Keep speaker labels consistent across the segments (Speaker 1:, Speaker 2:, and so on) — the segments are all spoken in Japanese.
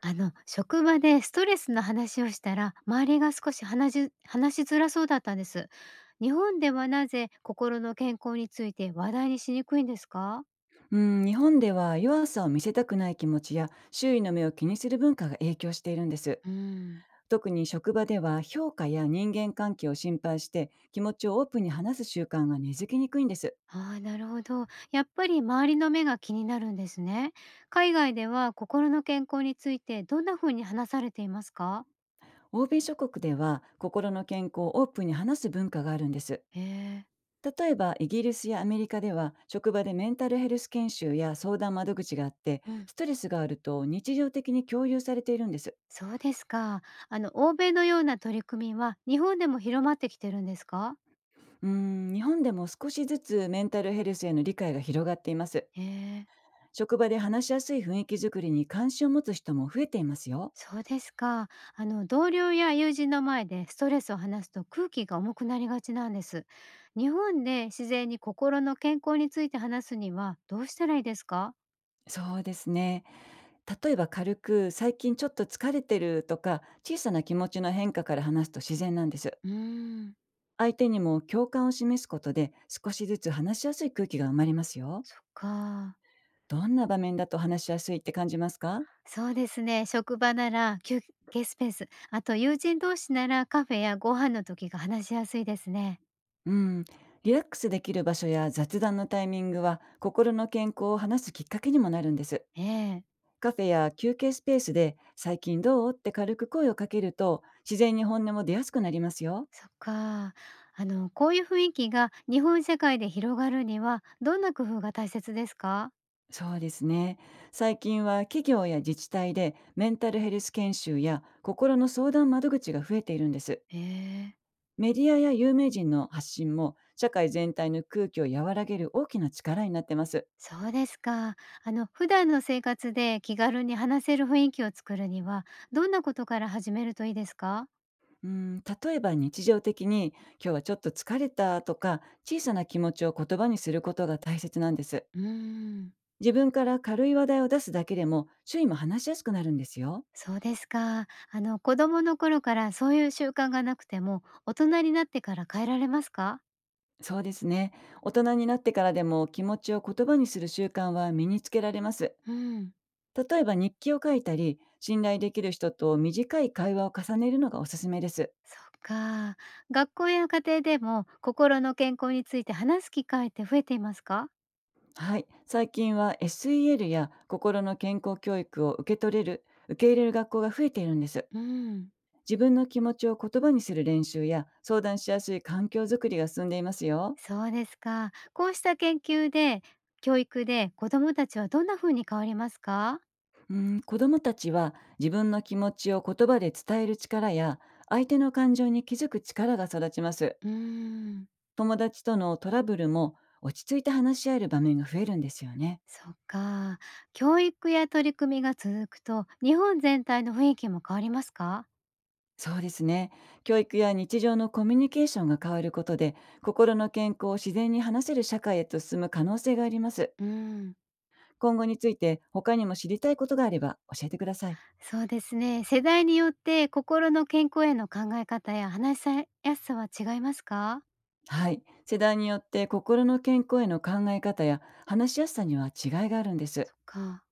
Speaker 1: 職場でストレスの話をしたら、周りが少し話しづらそうだったんです。日本ではなぜ心の健康について話題にしにくいんですか？
Speaker 2: うん、日本では弱さを見せたくない気持ちや周囲の目を気にする文化が影響しているんです。
Speaker 1: うん。
Speaker 2: 特に職場では評価や人間関係を心配して気持ちをオープンに話す習慣が根付きにくいんです。
Speaker 1: ああ、なるほど。やっぱり周りの目が気になるんですね。海外では心の健康についてどんな風に話されていますか？
Speaker 2: 欧米諸国では心の健康をオープンに話す文化があるんです。
Speaker 1: へえ。
Speaker 2: 例えばイギリスやアメリカでは職場でメンタルヘルス研修や相談窓口があって、
Speaker 1: うん。
Speaker 2: ストレスがあると日常的に共有されているんです。
Speaker 1: そうですか。欧米のような取り組みは日本でも広まってきてるんですか？
Speaker 2: うん、日本でも少しずつメンタルヘルスへの理解が広がっています。
Speaker 1: へえ。
Speaker 2: 職場で話しやすい雰囲気づくりに関心を持つ人も増えていますよ。
Speaker 1: そうですか。あの、同僚や友人の前でストレスを話すと空気が重くなりがちなんです。日本で自然に心の健康について話すにはどうしたらいいですか？
Speaker 2: そうですね。例えば軽く最近ちょっと疲れてるとか、小さな気持ちの変化から話すと自然なんです。
Speaker 1: うーん。
Speaker 2: 相手にも共感を示すことで少しずつ話しやすい空気が生まれますよ。
Speaker 1: そっか。
Speaker 2: どんな場面だと話しやすいって感じますか？
Speaker 1: そうですね。職場なら休憩スペース、あと友人同士ならカフェやご飯の時が話しやすいですね。
Speaker 2: うん。リラックスできる場所や雑談のタイミングは心の健康を話すきっかけにもなるんです。
Speaker 1: ええ。
Speaker 2: カフェや休憩スペースで「最近どう？」って軽く声をかけると、自然に本音も出やすくなりますよ。
Speaker 1: そっか。あの、こういう雰囲気が日本社会で広がるにはどんな工夫が大切ですか？
Speaker 2: そうですね。最近は企業や自治体でメンタルヘルス研修や心の相談窓口が増えているんです。
Speaker 1: ええ。
Speaker 2: メディアや有名人の発信も社会全体の空気を和らげる大きな力になってます。
Speaker 1: そうですか。あの、普段の生活で気軽に話せる雰囲気を作るには、どんなことから始めるといいですか？
Speaker 2: うん、例えば日常的に今日はちょっと疲れたとか、小さな気持ちを言葉にすることが大切なんです。
Speaker 1: うーん。
Speaker 2: 自分から軽い話題を出すだけでも、周囲も話しやすくなるんですよ。
Speaker 1: そうですか。あの、子供の頃からそういう習慣がなくても、大人になってから変えられますか？
Speaker 2: そうですね。大人になってからでも気持ちを言葉にする習慣は身につけられます。
Speaker 1: うん。
Speaker 2: 例えば日記を書いたり、信頼できる人と短い会話を重ねるのがおすすめです。
Speaker 1: そっか。学校や家庭でも心の健康について話す機会って増えていますか？
Speaker 2: はい。最近は SEL や心の健康教育を受け取れる、受け入れる学校が増えているんです。
Speaker 1: うん。
Speaker 2: 自分の気持ちを言葉にする練習や相談しやすい環境づくりが進んでいますよ。
Speaker 1: そうですか。こうした研究で教育で子どもたちはどんな風に変わりますか？
Speaker 2: うん、子どもたちは自分の気持ちを言葉で伝える力や相手の感情に気づく力が育ちます。
Speaker 1: うーん。
Speaker 2: 友達とのトラブルも落ち着いて話し合える場面が増えるんですよね。
Speaker 1: そっか。教育や取り組みが続くと、日本全体の雰囲気も変わりますか？
Speaker 2: そうですね。教育や日常のコミュニケーションが変わることで、心の健康を自然に話せる社会へと進む可能性があります。
Speaker 1: うん。
Speaker 2: 今後について他にも知りたいことがあれば教えてください。
Speaker 1: そうですね。世代によって心の健康への考え方や話しやすさは違いますか？
Speaker 2: はい。世代によって心の健康への考え方や話しやすさには違いがあるんで
Speaker 1: そ
Speaker 2: す。
Speaker 1: っか。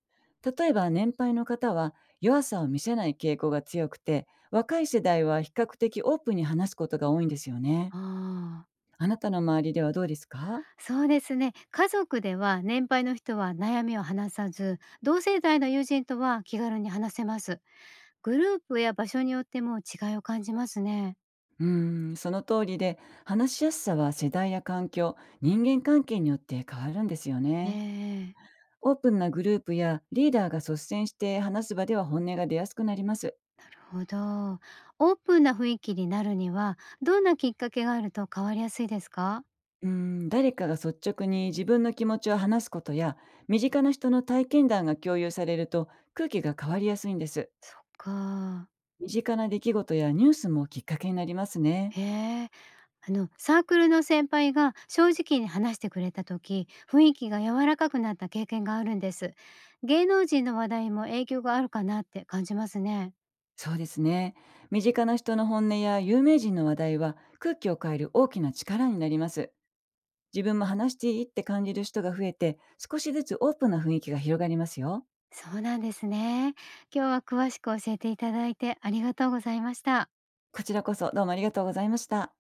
Speaker 2: 例えば年配の方は弱さを見せない傾向が強くて、若い世代は比較的オープンに話すことが多いんですよね。
Speaker 1: ああ。
Speaker 2: あなたの周りではどうですか？
Speaker 1: そうですね。家族では年配の人は悩みを話さず、同世代の友人とは気軽に話せます。グループや場所によっても違いを感じますね。
Speaker 2: うーん、その通りで、話しやすさは世代や環境、人間関係によって変わるんですよね。
Speaker 1: ねえ。
Speaker 2: オープンなグループやリーダーが率先して話す場では本音が出やすくなります。
Speaker 1: ほど。オープンな雰囲気になるには、どんなきっかけがあると変わりやすいですか？
Speaker 2: うーん、誰かが率直に自分の気持ちを話すことや、身近な人の体験談が共有されると空気が変わりやすいんです。
Speaker 1: そっか。
Speaker 2: 身近な出来事やニュースもきっかけになりますね。
Speaker 1: へえ。あの、サークルの先輩が正直に話してくれた時、雰囲気が柔らかくなった経験があるんです。芸能人の話題も影響があるかなって感じますね。
Speaker 2: そうですね。身近な人の本音や有名人の話題は空気を変える大きな力になります。自分も話していいって感じる人が増えて、少しずつオープンな雰囲気が広がりますよ。
Speaker 1: そうなんですね。今日は詳しく教えていただいてありがとうございました。
Speaker 2: こちらこそどうもありがとうございました。